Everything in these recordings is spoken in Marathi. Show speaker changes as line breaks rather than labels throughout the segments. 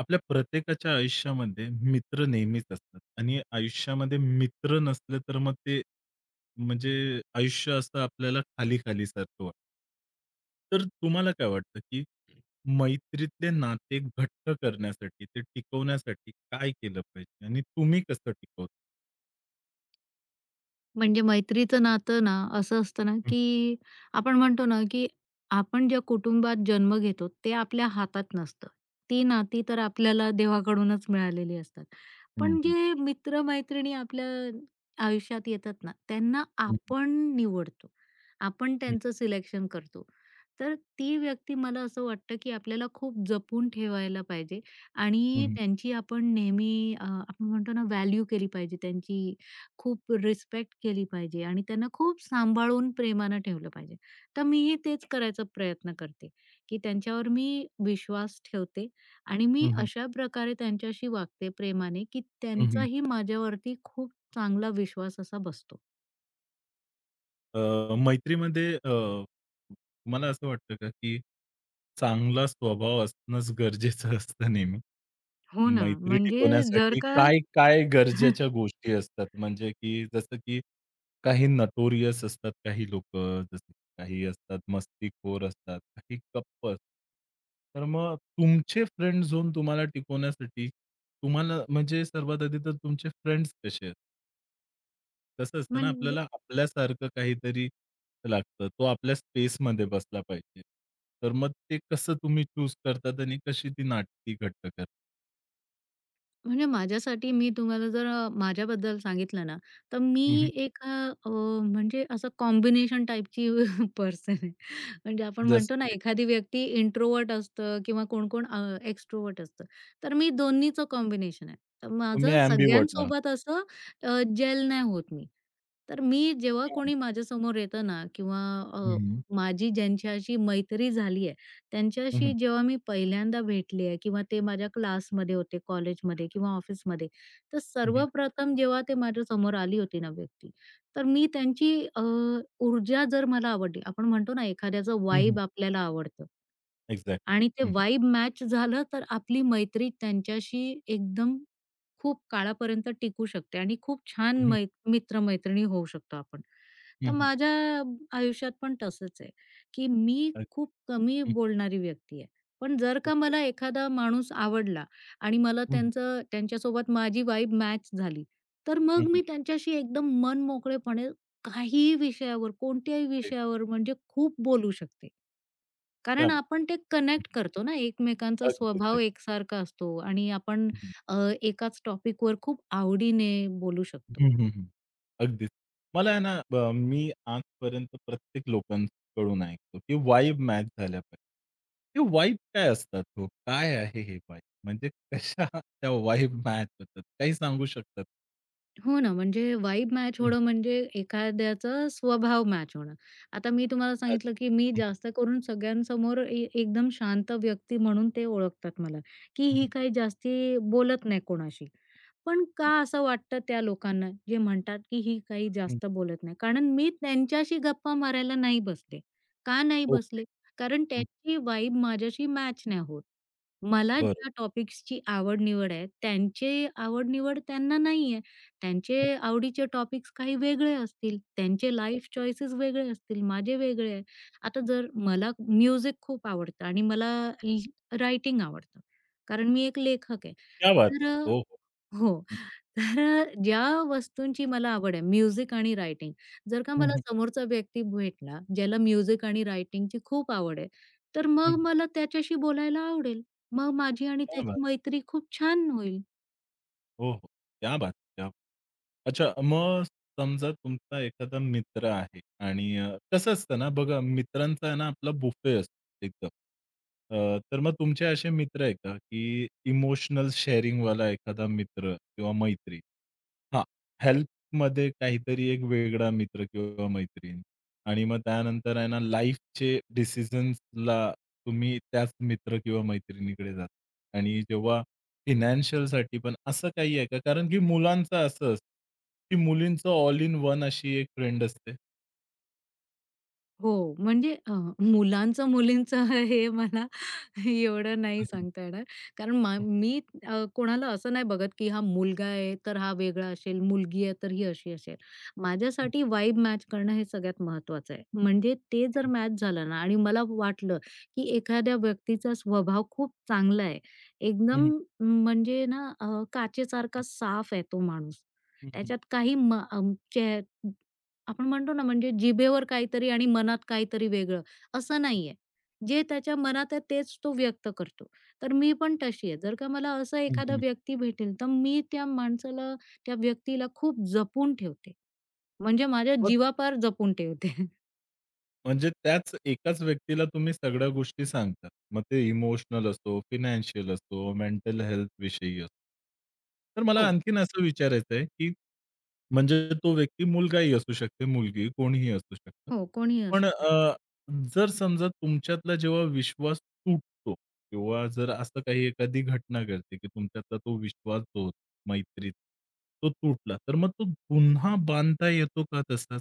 आपल्या प्रत्येकाच्या आयुष्यामध्ये मित्र नेहमीच असतात आणि आयुष्यामध्ये मित्र नसले तर मग ते म्हणजे आयुष्य असं आपल्याला खाली खाली सारखं वाटतं. तर तुम्हाला काय वाटतं की मैत्रीतले नाते घट्ट करण्यासाठी ते टिकवण्यासाठी काय केलं पाहिजे आणि तुम्ही कसं टिकवता?
म्हणजे मैत्रीचं नातं ना असं असतं ना, की आपण म्हणतो ना, की आपण ज्या कुटुंबात जन्म घेतो ते आपल्या हातात नसतं. ती नाती तर आपल्याला देवाकडूनच मिळालेली असतात. पण जे मित्र-मैत्रिणी आपल्या आयुष्यात येतात ना, त्यांना आपण निवडतो. आपण त्यांचं सिलेक्शन करतो. तर ती व्यक्ती मला असं वाटतं, की आपल्याला खूप जपून ठेवायला पाहिजे आणि त्यांची आपण नेहमी आपण म्हणतो ना व्हॅल्यू केली पाहिजे. त्यांची खूप रिस्पेक्ट केली पाहिजे आणि त्यांना खूप सांभाळून प्रेमानं ठेवलं पाहिजे. तर मीही तेच करायचा प्रयत्न करते, की त्यांच्यावर मी विश्वास ठेवते आणि मी अशा प्रकारे त्यांच्याशी वागते प्रेमाने, की त्यांचाही माझ्यावरती खूप चांगला विश्वास असा बसतो.
अ, मैत्रीमध्ये तुम्हाला असं वाटतं का, की चांगला स्वभाव असणंच गरजेचं असतं नेहमी?
हो ना.
मैत्री
म्हणजे जर
टिकवण्यासाठी
का
काय गरजेच्या गोष्टी असतात? म्हणजे की जसं की काही नटोरियस असतात काही लोकं, जसं काही असतात मस्तीखोर असतात, काही गप्प असतात. तर मग तुमचे फ्रेंड झोन तुम्हाला टिकवण्यासाठी तुम्हाला म्हणजे सर्वात आधी तर तुमचे फ्रेंड्स कसे आहेत? कसं असतं ना,
म्हणजे
आपल्याला आपल्यासारखं काहीतरी लागतं. तो आपल्या स्पेसमध्ये बसला पाहिजे. तर मग ते कसं तुम्ही चूज करतात आणि कशी ती नाती घट्ट करता?
म्हणजे माझ्यासाठी मी तुम्हाला जर माझ्याबद्दल सांगितलं ना, तर मी
हं, हं.
एक अ, अ, म्हणजे असं कॉम्बिनेशन टाइपची पर्सन आहे. म्हणजे आपण
जसं
म्हणतो ना,
की
एखादी व्यक्ती इंट्रोवर्ट असतं किंवा कोण-कोण एक्स्ट्रोवर्ट एक्स्ट्रोव्हर्ट असतं. तर मी दोन्हीचं कॉम्बिनेशन आहे. तर
तुम्ही
माझं
ॲम्बिव्हर्ट आहात.
सगळ्यांसोबत असं जेल नाही होत मी. तर मी जेव्हा
हं,
कोणी माझ्यासमोर येतं ना किंवा अ,
हं,
माझी ज्यांच्याशी मैत्री झाली
हं,
त्यांच्याशी
हं,
जेव्हा मी पहिल्यांदा भेटली आहे किंवा ते माझ्या क्लासमध्ये होते, कॉलेजमध्ये किंवा ऑफिसमध्ये. तर
हं,
सर्वप्रथम जेव्हा ते माझ्यासमोर आली होती ना व्यक्ती, तर मी त्यांची ऊर्जा जर मला आवडली, आपण म्हणतो ना एखाद्याचं वाइब आपल्याला आवडतं.
एक्झॅक्ट.
आणि ते
हं,
वाइब मॅच झालं, तर आपली मैत्री त्यांच्याशी एकदम खूप काळापर्यंत टिकू शकते आणि खूप छान
हं, हं,
मित्र-मैत्रिणी होऊ शकतो आपण.
हं,
तर
हं.
माझ्या आयुष्यात पण तसंच आहे, की मी खूप कमी
हं.
बोलणारी व्यक्ती आहे. पण जर का
ओके.
मला एखादा माणूस आवडला आणि मला
हं,
त्यांचं त्यांच्यासोबत माझी वाईब मॅच झाली, तर
हं,
मग
हं,
मी त्यांच्याशी एकदम मन मोकळेपणे काहीही विषयावर, कोणत्याही
हं.
विषयावर म्हणजे खूप बोलू शकते.
क्या
कारण
बात!
आपण ते कनेक्ट करतो ना, एकमेकांचा
अगदीच, अगदी.
स्वभाव एकसारखा असतो आणि आपण अ, एकाच टॉपिकवर खूप आवडीने बोलू शकतो.
हं, हं, हं. अगदीच. मला आहे ना मी आजपर्यंत प्रत्येक लोकांकडून ऐकतो की वाइब मॅच झाल्या पाहिजे. ते वाइब काय असतात हो? काय आहे हे वाइब? म्हणजे कशा त्या वाइब मॅच होतात? काही सांगू शकतात?
हो ना, म्हणजे वाइब मॅच
हं.
होणं म्हणजे एखाद्याचा स्वभाव मॅच होणं. आता मी तुम्हाला सांगितलं,
अच्छा.
की मी
हं,
जास्त करून सगळ्यांसमोर एकदम शांत व्यक्ती म्हणून ते ओळखतात मला, की
हं,
ही
हं,
काही जास्ती बोलत नाही कोणाशी. पण का
हं,
असं वाटतं त्या लोकांना, जे म्हणतात, की ही काही जास्त बोलत नाही? कारण मी त्यांच्याशी गप्पा मारायला नाही बसले. का नाही
ओके.
बसले? कारण
हं.
त्यांची वाइब माझ्याशी मॅच नाही होत. मला
बरं.
ज्या टॉपिक्सची आवड-निवड आहे, त्यांची आवड-निवड त्यांना नाहीये. त्यांचे
हं.
आवडीचे टॉपिक्स काही वेगळे असतील, त्यांचे लाईफ चॉईसेस वेगळे असतील, माझे वेगळे आहे. आता जर मला म्युझिक खूप आवडतं आणि मला ल रायटिंग आवडतं, कारण मी एक लेखक आहे.
क्या बात है!
तर
हो, हो.
हो. तर ज्या वस्तूंची मला आवड आहे, म्युझिक आणि रायटिंग. जर का
हं,
मला
हं,
समोरचा व्यक्ती भेटला, ज्याला म्युझिक आणि रायटिंगची खूप आवड आहे, तर मग
हं.
मला त्याच्याशी बोलायला आवडेल. मग माझी आणि
क्या बात
त्याची मैत्री खूप छान होईल.
हो, हो. क्या बात है! क्या बात! अच्छा. मग समजा तुमचा एखादा मित्र आहे आणि कसं असतं ना बघा मित्रांचा आहे ना आपला बुफे असतो एकदम. तर मग तुमचे असे मित्र आहे का, की इमोशनल शेअरिंगवाला एखादा मित्र किंवा मैत्रीण? हां, हेल्थमध्ये काहीतरी एक वेगळा मित्र किंवा मैत्रीण आणि मग त्यानंतर आहे ना लाईफचे डिसिजन्सला तुम्ही त्याच मित्र किंवा मैत्रिणीकडे जाता आणि जेव्हा फिनॅन्शियलसाठी पण असं काही आहे का? कारण की मुलांचं असं असतं, की मुलींचं ऑल इन वन अशी एक फ्रेंड असते.
हो, म्हणजे मुलांचं-मुलींचं हे मला एवढं नाही
हं, हं.
सांगता येणार. कारण
हं,
मी कोणाला असं नाही बघत, की हा मुलगा आहे, तर हा वेगळा असेल, मुलगी आहे, तर ही अशी असेल.
हं.
माझ्यासाठी वाइब मॅच करणं हे सगळ्यात महत्त्वाचं आहे. म्हणजे ते जर मॅच झालं ना आणि मला वाटलं, की एखाद्या व्यक्तीचा स्वभाव खूप चांगला आहे.
हं,
एकदम
हं.
म्हणजे ना काचेसारखा साफ आहे तो माणूस.
हं, हं.
त्याच्यात काही म अ, चे आपण म्हणतो ना म्हणजे जिभेवर काहीतरी आणि मनात काहीतरी वेगळं असं नाहीये. जे त्याच्या मनात आहे तेच तो व्यक्त करतो. तर मी पण तशी आहे. जर का मला असं एखादा व्यक्ती भेटेल, तर मी त्या माणसाला, त्या व्यक्तीला खूप जपून ठेवते. म्हणजे माझ्या जीवापार जपून ठेवते.
म्हणजे त्याच एकाच व्यक्तीला तुम्ही सगळ्या गोष्टी सांगता. मग ते इमोशनल असो, फायनान्शियल असो, मेंटल हेल्थ विषयी असो. तर मला
हो.
आणखीन असं विचारायचं आहे, की म्हणजे तो व्यक्ती मुलगाही असू शकते, मुलगी कोणीही असू शकतं.
हो, कोणीही
पण
असू शकतं.
जर समजा तुमच्यातला जेव्हा विश्वास तुटतो किंवा जर असं काही एखादी घटना घडते, की तुमच्यातला तो विश्वास जो होता मैत्रीत, तो तुटला. तर मग तो पुन्हा बांधता येतो का तसाच?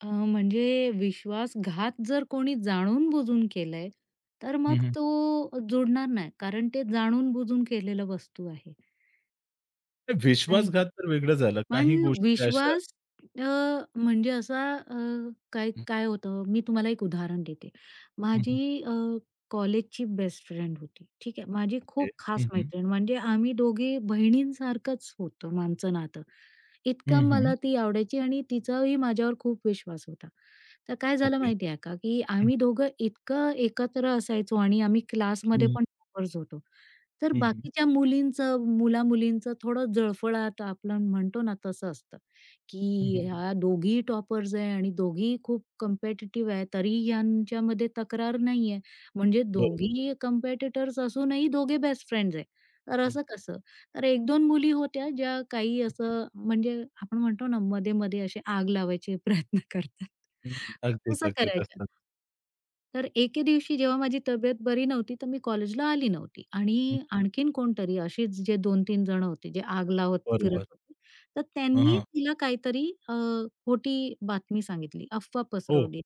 म्हणजे विश्वासघात जर कोणी जाणून-बुजून केलाय, तर मग तो जुडणार नाही. कारण ते जाणून-बुजून केलेलं वस्तू आहे, नाही का?
विश्वासघात तर वेगळं झालं.
पण
काही गोष्टी अशा
विश्वास अ, म्हणजे असा काय
हं,
काय होतं, मी तुम्हाला एक उदाहरण देते.
हं, हं.
माझी कॉलेजची बेस्ट फ्रेंड होती. ठीक आहे. माझी
ओके.
खूप खास
हं, हं.
मैत्रीण म्हणजे आम्ही दोघी बहिणींसारखंच होतं आमचं नातं.
हं,
इतकं
हं.
मला ती आवडायची आणि तिचाही माझ्यावर खूप विश्वास होता. तर काय झालं
ओके.
माहिती आहे का, की
हं.
आम्ही दोघं इतकं एकत्र असायचो आणि आम्ही क्लासमध्ये
हं,
पण टॉपर्स होतो. तर
हं, हं.
बाकीच्या मुलींचं, मुला-मुलींचं थोडं जळफळाट आपण म्हणतो ना, तसं असतं, की
हं,
हं. ह्या दोघीही टॉपर्स आहे आणि दोघीही खूप कॉम्पिटिटिव्ह आहे, तरी ह्यांच्यामध्ये तक्रार नाहीये. म्हणजे
बरोबर.
दोघीही कॉम्पिटिटर्स असूनही दोघे बेस्ट फ्रेंड्स आहे. तर
हं,
असं कसं? तर 1-2 मुली होत्या ज्या काही असं म्हणजे आपण म्हणतो ना, मध्ये-मध्ये अशी आग लावायचे प्रयत्न करतात.
हं, हं. अगदीच,
तसं
अगदीच
करायच्या.
असतात.
तर एके दिवशी जेव्हा माझी तब्येत बरी नव्हती, तर मी कॉलेजला आली नव्हती आणि
हं.
आणखीन कोणतरी असेच जे दोन तीन जण होते, जे आग लावत फिरत
बरोबर.
होते. तर
हां,
त्यांनी
हां.
तिला काहीतरी खोटी बातमी सांगितली, अफवा
हो.
पसरवली,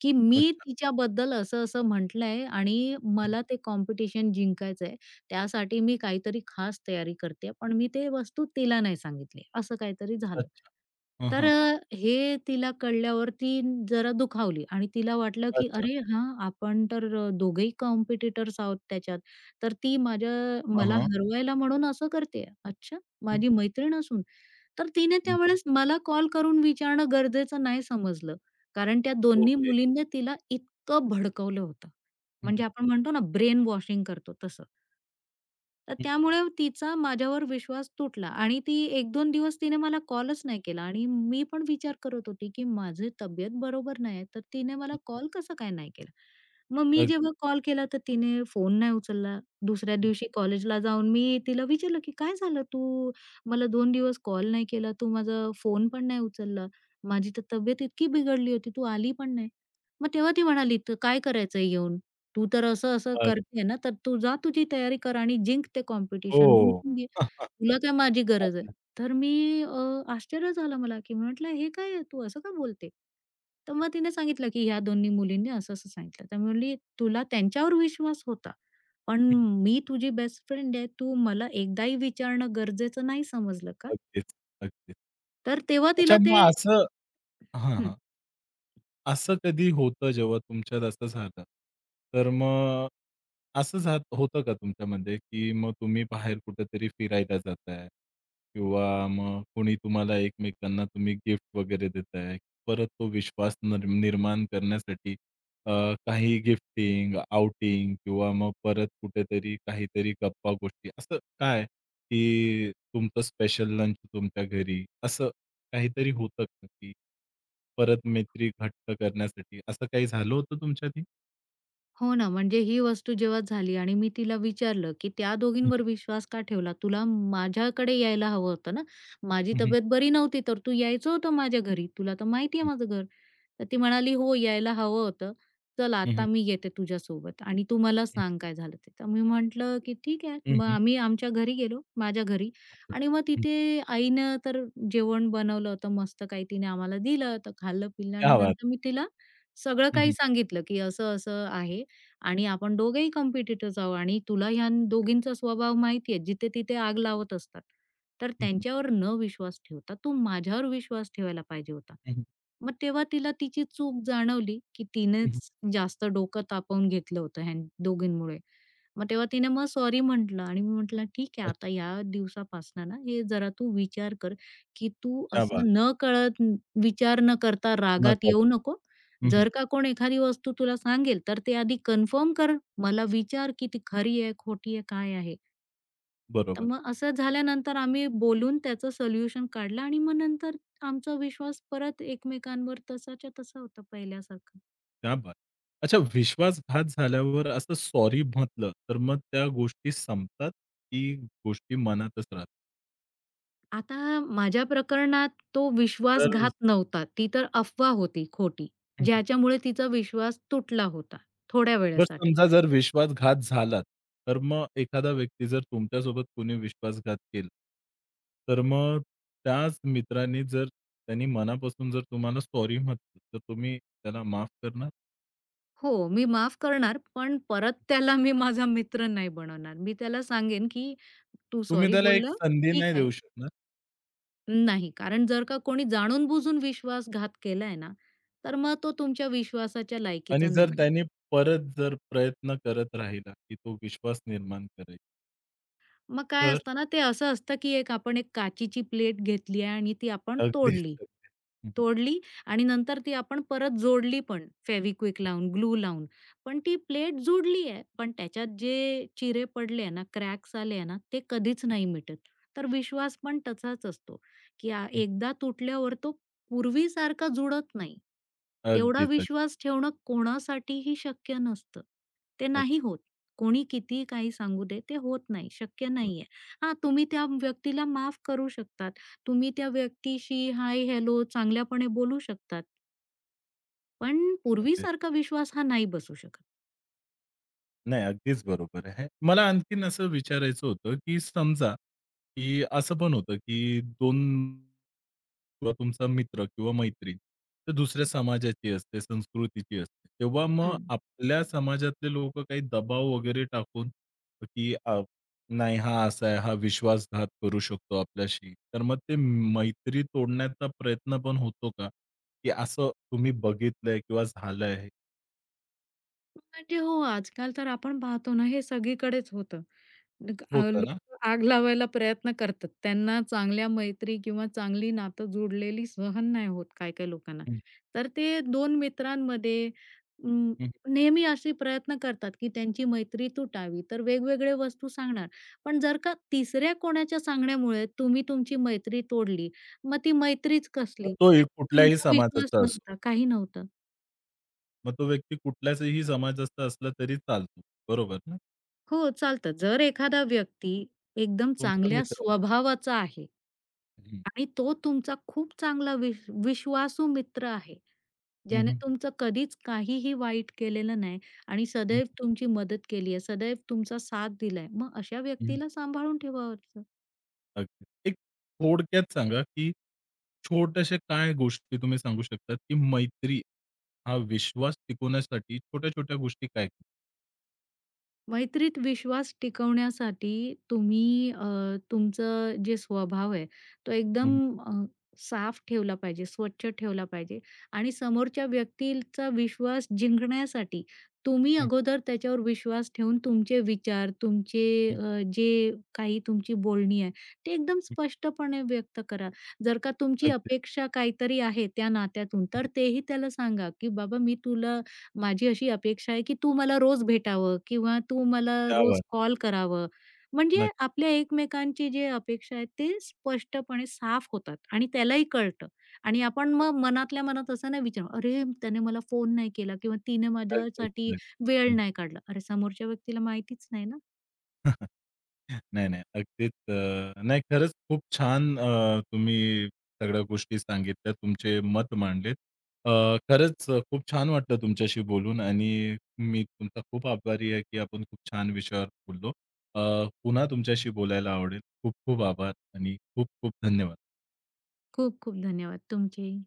की मी
अच्छा.
तिच्याबद्दल असं-असं म्हटलंय आणि
हं.
मला ते कॉम्पिटिशन जिंकायचंय. त्यासाठी मी काहीतरी खास तयारी करते, पण मी ते वस्तू तिला नाही सांगितली. असं काहीतरी झालं.
अच्छा. हां,
तर
हां.
हे तिला कळल्यावर ती जरा दुखावली आणि तिला वाटलं की
अच्छा.
"अरे हां, आपण तर दोघेही कॉम्पिटिटर्स आहोत त्याच्यात. तर ती माझ्या
हां,
मला
हां.
हरवायला म्हणून असं करतेय. अच्छा,
हं,
माझी मैत्रीण असून." तर तिने
हं.
त्यावेळेस मला कॉल करून विचारणं गरजेचं नाही समजलं. कारण त्या दोन्ही
ओके.
मुलींनी तिला इतकं भडकवलं होतं.
हं, हं.
म्हणजे आपण म्हणतो ना ब्रेन वॉशिंग करतो तसं. तर
हं,
त्यामुळे तिचा माझ्यावर विश्वास तुटला आणि ती 1-2 दिवस तिने मला कॉलच नाही केला आणि मी पण विचार करत होती, की माझी तब्येत बरोबर नाही आहे, तर तिने मला
हं.
कॉल कसं काय नाही केला? मग मी
अग
जेव्हा कॉल केला तर तिने फोन नाही उचलला. दुसऱ्या दिवशी कॉलेजला जाऊन मी तिला विचारलं, की "काय झालं? तू मला 2 दिवस कॉल नाही केला, तू माझा फोन पण नाही उचलला. माझी तर तब्येत इतकी बिघडली होती, तू आली पण नाही." मग तेव्हा ती म्हणाली, "तर काय करायचंय येऊन?" तू तर असं-असं
अ,
करतेय ना, तर तू जा तुझी तयारी कर आणि जिंक ते
हो.
कॉम्पिटिशन. जिंकून घे. तुला काय माझी गरज आहे.
अगदी.
तर मी आश्चर्य झालं मला, की मी म्हटलं, "हे काय आहे? तू असं का बोलते?" तर मग तिने सांगितलं, की ह्या दोन्ही मुलींनी असं-असं सांगितलं. तर मी म्हणली, "तुला त्यांच्यावर विश्वास होता, पण
हं.
मी तुझी बेस्ट फ्रेंड आहे. तू मला एकदाही विचारणं गरजेचं नाही समजलं का?"
अगदीच, अगदीच.
तर तेव्हा
अच्छा.
तिला
मग
ते
असं हां,
हं.
हां. असं कधी होतं जेव्हा तुमच्यात असं झालं, तर मग असं झात होतं का तुमच्यामध्ये, की मग तुम्ही बाहेर कुठेतरी फिरायला जाताय किंवा मग कोणी तुम्हाला एकमेकांना तुम्ही गिफ्ट वगैरे देताय. परत तो विश्वास निर्माण करण्यासाठी अ, काही गिफ्टिंग, आउटिंग किंवा मग परत कुठेतरी काहीतरी गप्पा गोष्टी असं काय, की तुमचं स्पेशल लंच तुमच्या घरी असं काहीतरी होतं का की परत मैत्री घट्ट करण्यासाठी असं काही झालं होतं तुमच्यात?
हो ना, म्हणजे ही वस्तू जेव्हा झाली आणि मी तिला विचारलं, की "त्या
हं,
दोघींवर विश्वास का ठेवला? तुला माझ्याकडे यायला हवं होतं ना? माझी
हं, हं,
तब्येत बरी नव्हती, तर तू यायचं होतं माझ्या घरी. तुला तर माहिती आहे
हं,
माझं घर." तर ती म्हणाली, "हो, यायला हवं होतं. चल
हं, हं,
आता मी येते तुझ्यासोबत आणि तू मला
हं,
सांग काय झालं ते." तर मी म्हटलं, की "ठीक आहे." मग आम्ही आमच्या घरी गेलो, माझ्या घरी
अच्छा.
आणि मग
हं,
तिथे आईनं तर जेवण बनवलं होतं मस्त काही तिने आम्हाला दिलं. तर खाल्लं-पिलं आणि
क्या बात!
नंतर मी तिला सगळं
हं,
काही
हं,
सांगितलं, की असं-असं आहे आणि आपण दोघेही कॉम्पिटिटर्स आहोत आणि तुला ह्या दोघींचा स्वभाव माहिती आहे, जिथे-तिथे आग लावत असतात. तर
हं, हं,
त्यांच्यावर न विश्वास ठेवता तू माझ्यावर विश्वास ठेवायला पाहिजे होता.
हं, हं,
मग तेव्हा तिला तिची चूक जाणवली, की तिनेच जास्त डोकं तापवून घेतलं होतं ह्या दोघींमुळे. मग तेव्हा तिने मग सॉरी म्हटलं आणि मी म्हटलं, "ठीक आहे,
अच्छा,
आता या दिवसापासून ना हे जरा तू विचार कर, की तू
क्या बात!
असं नकळत विचार न करता रागात
नकळत.
येऊ नको
हं, हं.
जर का कोण एखादी वस्तू तुला सांगेल, तर ते आधी कन्फर्म कर. मला विचार की ती खरी आहे, खोटी आहे, काय आहे? तर
बरोबर.
मग असं झाल्यानंतर आम्ही बोलून त्याचं सोल्युशन काढलं आणि मग नंतर आमचा विश्वास परत एकमेकांवर तसाच्या तसा होता पहिल्यासारखा.
क्या बात! अच्छा. विश्वासघात झाल्यावर असं सॉरी म्हटलं, तर मग त्या गोष्टी संपतात, की गोष्टी मनातच राहतात?
आता माझ्या प्रकरणात तो
तर
विश्वासघात नव्हता. ती तर अफवा होती खोटी, ज्याच्यामुळे तिचा विश्वास तुटला होता थोड्या
बरं
वेळेसाठी.
समजा जर विश्वासघात झालाच, तर मग एखादा व्यक्ती जर तुमच्यासोबत कोणी विश्वासघात केला, तर मग त्याच मित्राने जर त्यांनी मनापासून जर तुम्हाला सॉरी म्हटली, तर तुम्ही त्याला माफ करणार?
हो, मी माफ करणार, पण परत त्याला मी माझा मित्र नाही बनवणार. मी त्याला सांगेन, की "तू
तुम्ही
सॉरी
त्याला एक
बोललं,
संधी
ठीक
नाही
आहे."
देऊ शकणार
नाही, कारण जर का कोणी जाणून-बुजून विश्वासघात केलाय ना, तर मग तो तुमच्या विश्वासाच्या
आणि
लायकीचा
जर
नाहीये.
त्यांनी परत जर प्रयत्न करत राहिला, की तो विश्वास निर्माण करायचा,
मग काय
तर
असतं ना, ते असं असतं, की एक आपण एक काचीची प्लेट घेतली आहे आणि ती आपण
अगदीच,
तोडली.
अगदीच. हं,
तोडली आणि नंतर ती आपण परत जोडली पण फेविक्विक लावून, ग्लू लावून. पण ती प्लेट जुडली आहे, पण त्याच्यात जे चिरे पडले आहे ना, क्रॅक्स आले आहे ना, ते कधीच नाही मिटत. तर विश्वास पण तसाच असतो, की
हं.
एकदा तुटल्यावर तो पूर्वीसारखा जुडत नाही. तेवढा
अगदीच, अगदी,
विश्वास ठेवणं कोणासाठीही शक्य नसतं. ते
अगदी
नाही होत. कोणी कितीही काही सांगू दे, ते होत नाही, शक्य
बरोबर.
नाहीये. हां, तुम्ही त्या व्यक्तीला माफ करू शकतात. तुम्ही त्या व्यक्तीशी हाय, हॅलो चांगल्यापणे बोलू शकतात. पण
अगदी.
पूर्वीसारखा विश्वास हा नाही बसू शकत.
नाही, अगदीच बरोबर आहे. मला आणखीन असं विचारायचं होतं, की समजा, की असं पण होतं, की 2 किंवा तुमचा मित्र किंवा मैत्रीण, तर दुसऱ्या समाजाची असते, संस्कृतीची असते. तेव्हा मग
हं.
आपल्या समाजातले लोकं काही दबाव वगैरे टाकून, की नाही हा असा आहे, हा विश्वासघात करू शकतो आपल्याशी. तर मग ते मैत्री तोडण्याचा प्रयत्न पण होतो का? की असं तुम्ही बघितलंय किंवा झालंय?
म्हणजे हो, आजकाल तर आपण पाहतो ना, हे सगळीकडेच होतं.
होतं
लोकं
ना?
आग लावायला प्रयत्न करतात. त्यांना चांगल्या मैत्री किंवा चांगली नातं जुडलेली सहन नाही होत काही-काही लोकांना.
हं.
तर ते दोन मित्रांमध्ये अं,
हं.
नेहमी असे प्रयत्न करतात, की त्यांची मैत्री तुटावी. तर वेगवेगळ्या वस्तू सांगणार. पण जर का तिसऱ्या कोणाच्या सांगण्यामुळे तुम्ही तुमची मैत्री तोडली, मग ती मैत्रीच
मग
कसली?
तो ही कुठल्याही
तुमचा विश्वास
समाजाचा असो.
नव्हता, काही नव्हतं.
मग तो व्यक्ती कुठल्याचही समाजाचा असला तरी चालतो. बरोबर ना?
हो, चालतं. जर एखादा व्यक्ती एकदम
तुमचा
चांगल्या
मित्र आहे.
स्वभावाचा आहे
हं.
आणि तो तुमचा खूप चांगला विश्वासू मित्र आहे,
हं,
ज्याने
हं.
तुमचं कधीच काहीही वाईट केलेलं नाही आणि
हं,
सदैव तुमची मदत केली आहे, सदैव तुमचा साथ दिलाय, मग अशा
हं.
व्यक्तीला सांभाळून ठेवावं.
अगदी. एक थोडक्यात सांगा, की छोट्याशा काय गोष्टी तुम्ही सांगू शकतात, की मैत्री हा विश्वास टिकवण्यासाठी छोट्या-छोट्या गोष्टी काय?
मैत्रीत विश्वास टिकवण्यासाठी तुम्ही अ, तुमचं जे स्वभाव आहे तो एकदम
हं,
अ, साफ ठेवला पाहिजे, स्वच्छ ठेवला पाहिजे आणि समोरच्या व्यक्तीचा विश्वास जिंकण्यासाठी तुम्ही
हं,
अगोदर त्याच्यावर विश्वास ठेवून तुमचे विचार, तुमचे
हं,
जे काही तुमची बोलणी आहे ते एकदम
हं.
स्पष्टपणे व्यक्त करा. जर का तुमची
अगदी.
अपेक्षा काहीतरी आहे त्या नात्यातून, तर तेही त्याला सांगा, की "बाबा मी तुला माझी अशी अपेक्षा आहे की तू मला रोज भेटावं किंवा तू मला
क्या
रोज
बात!
कॉल करावं. म्हणजे
नक्की,
आपल्या एकमेकांची जी अपेक्षा आहे ते स्पष्टपणे साफ होतात आणि त्यालाही कळतं आणि आपण मग
नक्की.
मनातल्या मनात असं नाही विचारू, "अरे, त्याने मला फोन नाही केला किंवा तिने माझ्यासाठी
अगदीच,
वेळ नाही काढला." अरे, समोरच्या व्यक्तीला माहितीच नाही ना.
नाही, नाही. अगदीच नाही खरंच खूप छान तुम्ही सगळ्या गोष्टी सांगितल्या, तुमचे मत मांडलेत. अ, खरंच खूप छान वाटलं तुमच्याशी बोलून आणि मी तुमचा खूप आभारी आहे, की आपण खूप छान विषयावर बोललो. अ, पुन्हा तुमच्याशी बोलायला आवडेल. खूप खूप आभार आणि खूप खूप धन्यवाद.
खूप खूप धन्यवाद तुमचेही.